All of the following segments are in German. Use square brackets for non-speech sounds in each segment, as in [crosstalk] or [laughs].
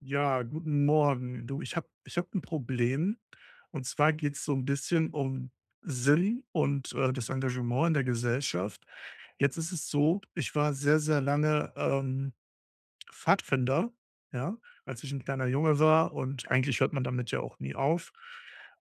Ja, guten Morgen. Du, ich habe ein Problem. Und zwar geht's so ein bisschen um Sinn und, das Engagement in der Gesellschaft. Jetzt ist es so, ich war sehr, sehr lange, Pfadfinder, ja, als ich ein kleiner Junge war, und eigentlich hört man damit ja auch nie auf.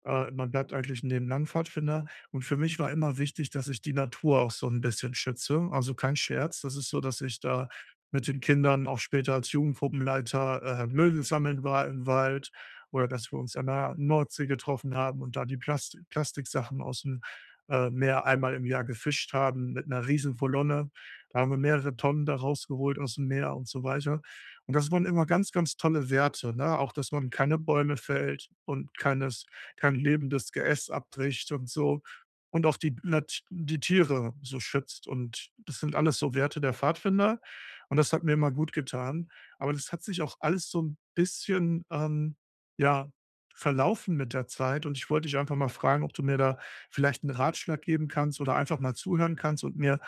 Man bleibt eigentlich 'n Leben lang Pfadfinder, und für mich war immer wichtig, dass ich die Natur auch so ein bisschen schütze. Also, kein Scherz, das ist so, dass ich da mit den Kindern auch später als Jugendgruppenleiter, Müll sammeln war im Wald, oder dass wir uns an der Nordsee getroffen haben und da die Plastiksachen aus'm, Meer einmal im Jahr gefischt haben mit einer riesen Kolonne. Da haben wir mehrere Tonnen da rausgeholt aus dem Meer und so weiter. Und das waren immer ganz, ganz tolle Werte, ne? Auch, dass man keine Bäume fällt und kein lebendes Geäst abbricht und so, und auch die Tiere so schützt. Und das sind alles so Werte der Pfadfinder, und das hat mir immer gut getan. Aber das hat sich auch alles so ein bisschen, ja, verlaufen mit der Zeit, und ich wollte dich einfach mal fragen, ob du mir da vielleicht einen Ratschlag geben kannst oder einfach mal zuhören kannst und mir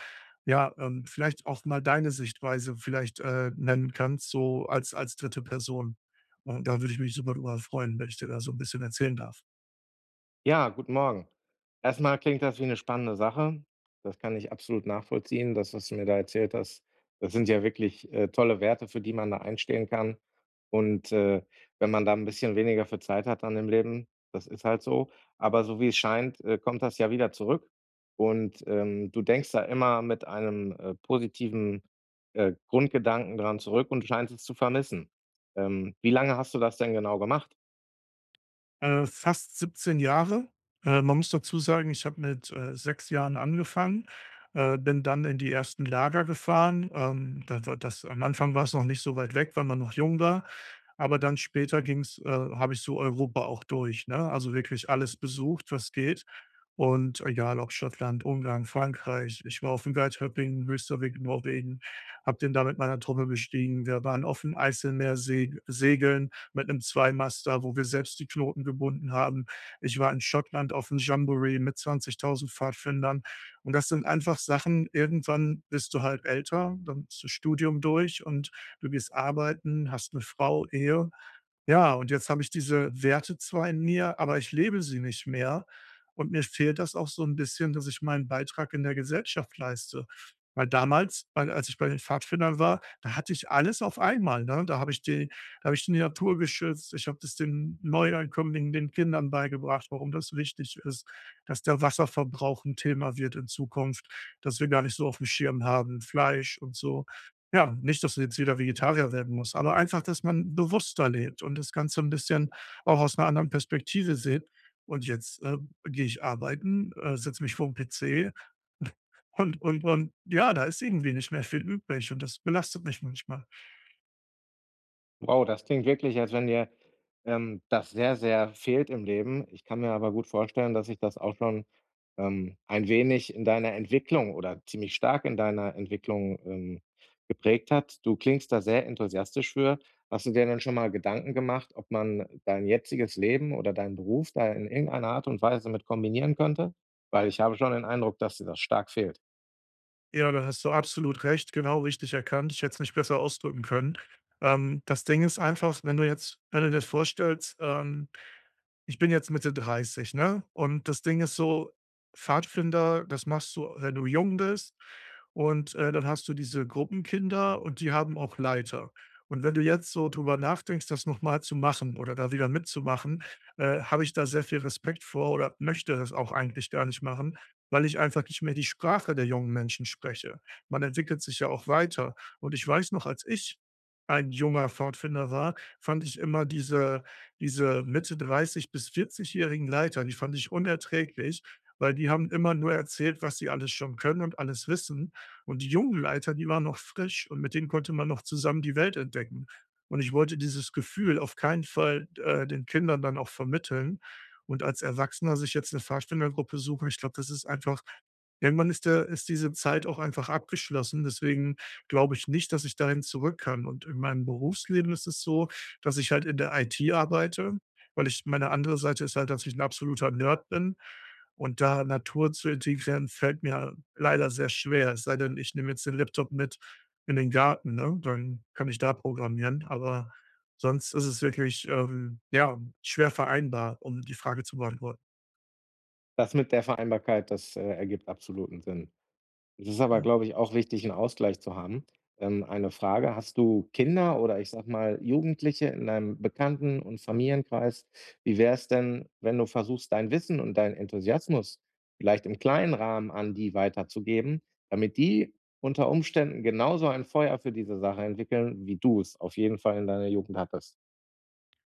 ja, vielleicht auch mal deine Sichtweise vielleicht, nennen kannst, so als dritte Person. Und da würde ich mich super drüber freuen, wenn ich dir da so ein bisschen erzählen darf. Ja, guten Morgen. Erstmal klingt das wie eine spannende Sache. Das kann ich absolut nachvollziehen, das, was du mir da erzählt hast. Das sind ja wirklich, tolle Werte, für die man da einstehen kann. Und, äh, Wenn man da ein bisschen weniger für Zeit hat dann im Leben, das ist halt so. Aber so wie es scheint, kommt das ja wieder zurück. Und, du denkst da immer mit einem, positiven, Grundgedanken dran zurück und scheinst es zu vermissen. Wie lange hast du das denn genau gemacht? Fast 17 Jahre. Man muss dazu sagen, ich habe mit, 6 Jahren angefangen, bin dann in die ersten Lager gefahren. Da war das am Anfang war es noch nicht so weit weg, weil man noch jung war. Aber dann später ging's habe ich so Europa auch durch, ne? Also wirklich alles besucht, was geht. Und egal ob Schottland, Ungarn, Frankreich. Ich war auf dem Geitöppingen, Höchsterweg in Norwegen, habe den da mit meiner Truppe bestiegen. Wir waren auf dem Eiselmeer se segeln mit einem Zweimaster, wo wir selbst die Knoten gebunden haben. Ich war in Schottland auf dem Jamboree mit 20.000 Pfadfindern. Und das sind einfach Sachen, irgendwann bist du halt älter, dann ist das Studium durch und du gehst arbeiten, hast eine Frau, Ehe. Ja, und jetzt habe ich diese Werte zwar in mir, aber ich lebe sie nicht mehr, und mir fehlt das auch so ein bisschen, dass ich meinen Beitrag in der Gesellschaft leiste. Weil damals, weil als ich bei den Pfadfindern war, da hatte ich alles auf einmal, ne? Da habe ich die Natur geschützt, ich habe das den Neuankömmlingen, den Kindern beigebracht, warum das wichtig ist, dass der Wasserverbrauch ein Thema wird in Zukunft, dass wir gar nicht so aufm Schirm haben, Fleisch und so. Ja, nicht, dass du jetzt wieder Vegetarier werden musst, aber einfach, dass man bewusster lebt und das Ganze ein bisschen auch aus einer anderen Perspektive sieht. Und jetzt, gehe ich arbeiten, setze mich vor 'n PC und und ja, da ist irgendwie nicht mehr viel übrig, und das belastet mich manchmal. Wow, das klingt wirklich, als wenn dir, das sehr, sehr fehlt im Leben. Ich kann mir aber gut vorstellen, dass sich das auch schon, ein wenig in deiner Entwicklung oder ziemlich stark in deiner Entwicklung, geprägt hat. Du klingst da sehr enthusiastisch für. Hast du dir denn schon mal Gedanken gemacht, ob man dein jetziges Leben oder deinen Beruf da in irgendeiner Art und Weise mit kombinieren könnte? Weil ich habe schon den Eindruck, dass dir das stark fehlt. Ja, da hast du absolut recht, genau richtig erkannt. Ich hätte es nicht besser ausdrücken können. Das Ding ist einfach, wenn du dir vorstellst, ich bin jetzt Mitte 30, ne? Und das Ding ist so, Pfadfinder, das machst du, wenn du jung bist. Und, dann hast du diese Gruppenkinder, und die haben auch Leiter. Und wenn du jetzt so drüber nachdenkst, das nochmal zu machen oder da wieder mitzumachen, habe ich da sehr viel Respekt vor oder möchte das auch eigentlich gar nicht machen, weil ich einfach nicht mehr die Sprache der jungen Menschen spreche. Man entwickelt sich ja auch weiter. Und ich weiß noch, als ich ein junger Pfadfinder war, fand ich immer diese Mitte 30 bis 40-jährigen Leiter, die fand ich unerträglich, weil die haben immer nur erzählt, was sie alles schon können und alles wissen. Und die jungen Leiter, die waren noch frisch, und mit denen konnte man noch zusammen die Welt entdecken. Und ich wollte dieses Gefühl auf keinen Fall, den Kindern dann auch vermitteln. Und als Erwachsener sich jetzt eine Pfadfindergruppe suchen, ich glaube, das ist einfach, irgendwann ist diese Zeit auch einfach abgeschlossen. Deswegen glaube ich nicht, dass ich dahin zurück kann. Und in meinem Berufsleben ist es so, dass ich halt in der IT arbeite, weil ich, meine andere Seite ist halt, dass ich ein absoluter Nerd bin, und da Natur zu integrieren fällt mir leider sehr schwer, es sei denn, ich nehme jetzt den Laptop mit in den Garten, ne? Dann kann ich da programmieren, aber sonst ist es wirklich, ja, schwer vereinbar, um die Frage zu beantworten, Das mit der Vereinbarkeit, das, ergibt absoluten Sinn. Es ist aber, ja. glaube ich, auch wichtig, einen Ausgleich zu haben. Eine Frage: Hast du Kinder oder ich sage mal Jugendliche in deinem Bekannten und Familienkreis? Wie wäre es denn, wenn du versuchst, dein Wissen und deinen Enthusiasmus vielleicht im kleinen Rahmen an die weiterzugeben, damit die unter Umständen genauso ein Feuer für diese Sache entwickeln, wie du es auf jeden Fall in deiner Jugend hattest?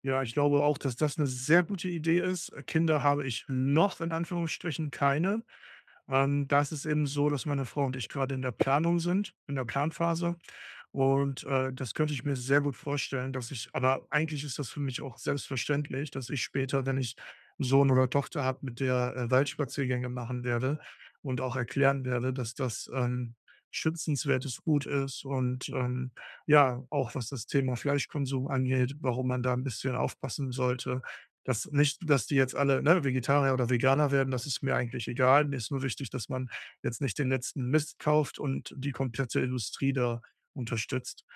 Ja, ich glaube auch, dass das eine sehr gute Idee ist. Kinder habe ich noch in Anführungsstrichen keine. Da ist eben so, dass meine Frau und ich gerade in der Planung sind, in der Planphase. Und, das könnte ich mir sehr gut vorstellen, dass ich, aber eigentlich ist das für mich auch selbstverständlich, dass ich später, wenn ich einen Sohn oder Tochter habe, mit der, Waldspaziergänge machen werde und auch erklären werde, dass das, schützenswertes Gut ist und, ja, auch was das Thema Fleischkonsum angeht, warum man da ein bisschen aufpassen sollte. Dass nicht, dass die jetzt alle, ne, Vegetarier oder Veganer werden, das ist mir eigentlich egal. Mir ist nur wichtig, dass man jetzt nicht den letzten Mist kauft und die komplette Industrie da unterstützt.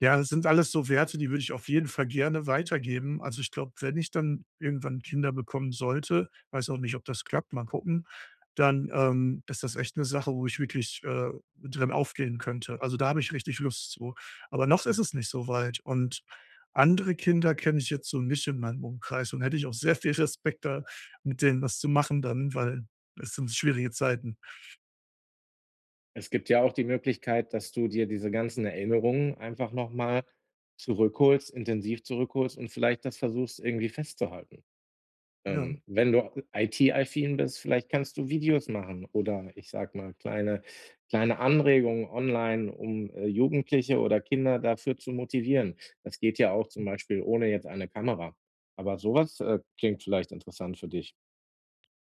Ja, das sind alles so Werte, die würde ich auf jeden Fall gerne weitergeben. Also, ich glaube, wenn ich dann irgendwann Kinder bekommen sollte, weiß auch nicht, ob das klappt, mal gucken, dann, ist das echt eine Sache, wo ich wirklich, drin aufgehen könnte. Also, da habe ich richtig Lust zu. Aber noch ist es nicht so weit, und andere Kinder kenne ich jetzt so nicht in meinem Umkreis, und hätte ich auch sehr viel Respekt da, mit denen was zu machen dann, weil es sind schwierige Zeiten. Es gibt ja auch die Möglichkeit, dass du dir diese ganzen Erinnerungen einfach nochmal zurückholst, intensiv zurückholst und vielleicht das versuchst, irgendwie festzuhalten. Ja. Wenn du IT-affin bist, vielleicht kannst du Videos machen oder ich sage mal, kleine Anregungen online, um, Jugendliche oder Kinder dafür zu motivieren. Das geht ja auch zum Beispiel ohne jetzt eine Kamera. Aber sowas klingt vielleicht interessant für dich.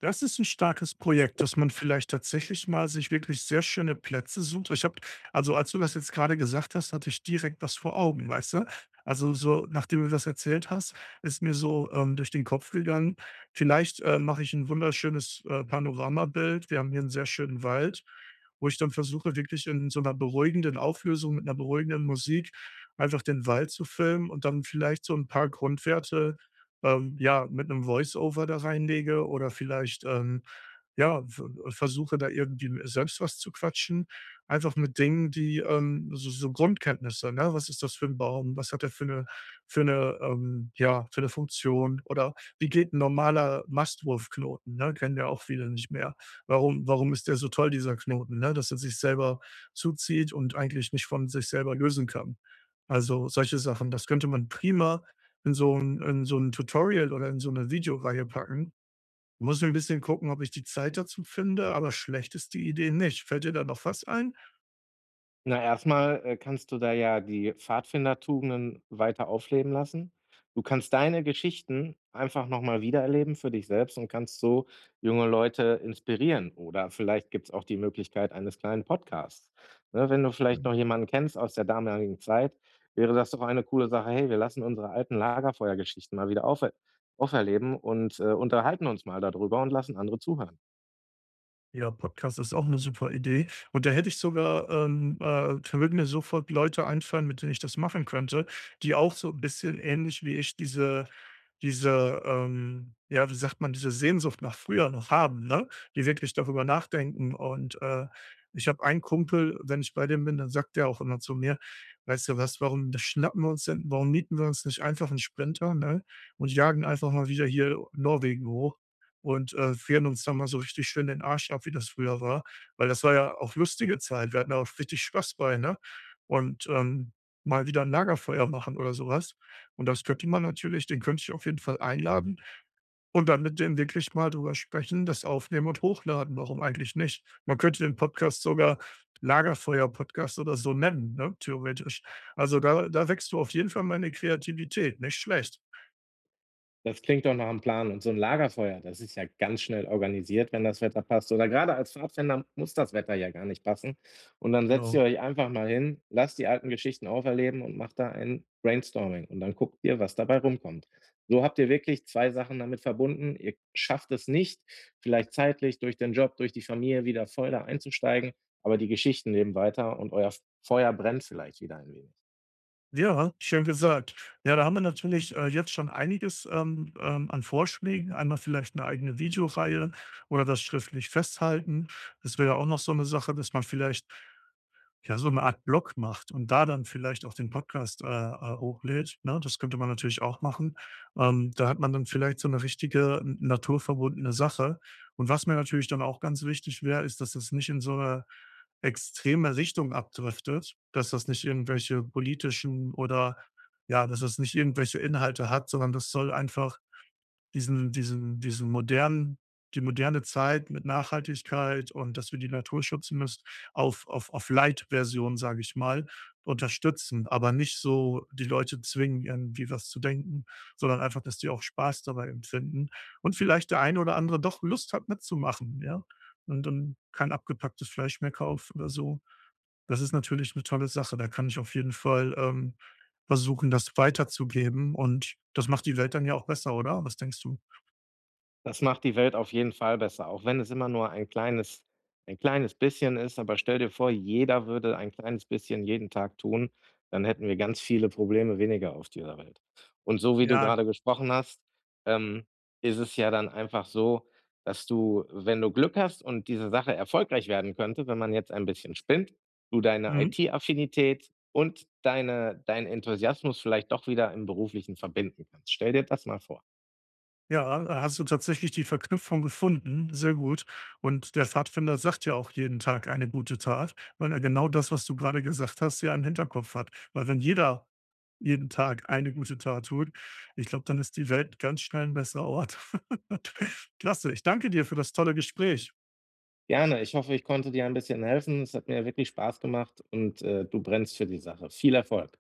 Das ist ein starkes Projekt, dass man vielleicht tatsächlich mal sich wirklich sehr schöne Plätze sucht. Ich habe, also, als du das jetzt gerade gesagt hast, hatte ich direkt was vor Augen, weißt du? Also, so nachdem du das erzählt hast, ist mir so, durch den Kopf gegangen, vielleicht, mache ich ein wunderschönes, Panoramabild. Wir haben hier einen sehr schönen Wald, wo ich dann versuche, wirklich in so einer beruhigenden Auflösung mit einer beruhigenden Musik einfach den Wald zu filmen und dann vielleicht so ein paar Grundwerte ja, mit einem Voice-Over da reinlege oder vielleicht, ja, v versuche da irgendwie selbst was zu quatschen, einfach mit Dingen, die, so Grundkenntnisse, ne? Was ist das für ein Baum? Was hat er für eine ja, für eine Funktion? Oder wie geht ein normaler Mastwurfknoten, ne? Kennen ja auch viele nicht mehr. Warum ist der so toll, dieser Knoten, ne? Dass er sich selber zuzieht und eigentlich nicht von sich selber lösen kann. Also, solche Sachen, das könnte man prima in so ein Tutorial oder in so 'ne Videoreihe packen. Muss ich ein bisschen gucken, ob ich die Zeit dazu finde, aber schlecht ist die Idee nicht. Fällt dir da noch was ein? Na, erstmal, kannst du da ja die Pfadfindertugenden weiter aufleben lassen. Du kannst deine Geschichten einfach noch mal wiedererleben für dich selbst und kannst so junge Leute inspirieren. Oder vielleicht gibt's auch die Möglichkeit eines kleinen Podcasts. Ne, wenn du vielleicht noch jemanden kennst aus der damaligen Zeit, wäre das doch eine coole Sache: „Hey, wir lassen unsere alten Lagerfeuergeschichten mal wieder auferleben und, unterhalten uns mal darüber und lassen andere zuhören.“ Ja, Podcast ist auch eine super Idee. Und da hätte ich sogar, da würden mir sofort Leute einfallen, mit denen ich das machen könnte, die auch so ein bisschen ähnlich wie ich diese ja, wie sagt man, diese Sehnsucht nach früher noch haben, ne? Die wirklich darüber nachdenken. Und, ich habe einen Kumpel, wenn ich bei dem bin, dann sagt der auch immer zu mir: „Weißt du was, warum mieten wir uns nicht einfach einen Sprinter, ne, und jagen einfach mal wieder hier Norwegen hoch?“ Und, frieren uns dann mal so richtig schön den Arsch ab, wie das früher war, weil das war ja auch lustige Zeit. Wir hatten da auch richtig Spaß bei, ne? Und, mal wieder 'n Lagerfeuer machen oder sowas. Und das könnte man natürlich, den könnte ich auf jeden Fall einladen und dann mit dem wirklich mal drüber sprechen, das aufnehmen und hochladen. Warum eigentlich nicht? Man könnte den Podcast sogar Lagerfeuer-Podcast oder so nennen, ne, theoretisch. Also, da wächst du auf jeden Fall meine Kreativität, nicht schlecht. Das klingt doch nach 'm Plan und so ein Lagerfeuer, das ist ja ganz schnell organisiert, wenn das Wetter passt oder gerade als Pfadfinder muss das Wetter ja gar nicht passen und dann setzt Genau. ihr euch einfach mal hin, lasst die alten Geschichten auferleben und macht da ein Brainstorming und dann guckt ihr, was dabei rumkommt. So habt ihr wirklich 2 Sachen damit verbunden. Ihr schafft es nicht, vielleicht zeitlich durch den Job, durch die Familie wieder voll da einzusteigen, aber die Geschichten leben weiter und euer Feuer brennt vielleicht wieder ein wenig. Ja, schön gesagt. Ja, da haben wir natürlich, jetzt schon einiges, an Vorschlägen. Einmal vielleicht eine eigene Videoreihe oder das schriftlich festhalten. Das wäre ja auch noch so eine Sache, dass man vielleicht ja, so eine Art Blog macht und da dann vielleicht auch den Podcast, hochlädt, ne? Das könnte man natürlich auch machen. Da hat man dann vielleicht so eine richtige n naturverbundene Sache. Und was mir natürlich dann auch ganz wichtig wäre, ist, dass das nicht in so 'ne extreme Richtung abdriftet, dass das nicht irgendwelche politischen oder ja, dass das nicht irgendwelche Inhalte hat, sondern das soll einfach diesen diesen diesen modernen die moderne Zeit mit Nachhaltigkeit und dass wir die Natur schützen müssen, auf Light-Version, sage ich mal, unterstützen, aber nicht so die Leute zwingen, irgendwie was zu denken, sondern einfach, dass die auch Spaß dabei empfinden und vielleicht der eine oder andere doch Lust hat, mitzumachen, ja? Und dann kein abgepacktes Fleisch mehr kauft oder so. Das ist natürlich eine tolle Sache. Da kann ich auf jeden Fall, versuchen, das weiterzugeben, und das macht die Welt dann ja auch besser, oder? Was denkst du? Das macht die Welt auf jeden Fall besser, auch wenn es immer nur ein kleines, ein kleines bisschen ist. Aber stell dir vor, jeder würde ein kleines bisschen jeden Tag tun, dann hätten wir ganz viele Probleme weniger auf dieser Welt. Und so wie du Ja, gerade gesprochen hast, ähm, ist es ja dann einfach so, dass du, wenn du Glück hast und diese Sache erfolgreich werden könnte, wenn man jetzt ein bisschen spinnt, du deine mhm. IT-Affinität und deinen Enthusiasmus vielleicht doch wieder im Beruflichen verbinden kannst. Stell dir das mal vor. Ja, da hast du tatsächlich die Verknüpfung gefunden. Sehr gut. Und der Pfadfinder sagt ja auch jeden Tag eine gute Tat, weil er genau das, was du gerade gesagt hast, ja im Hinterkopf hat. Weil wenn jeder jeden Tag eine gute Tat tut, ich glaube, dann ist die Welt ganz schnell ein besserer Ort. [laughs] Klasse. Ich danke dir für das tolle Gespräch. Gerne, ich hoffe, ich konnte dir ein bisschen helfen. Es hat mir wirklich Spaß gemacht und, du brennst für die Sache. Viel Erfolg.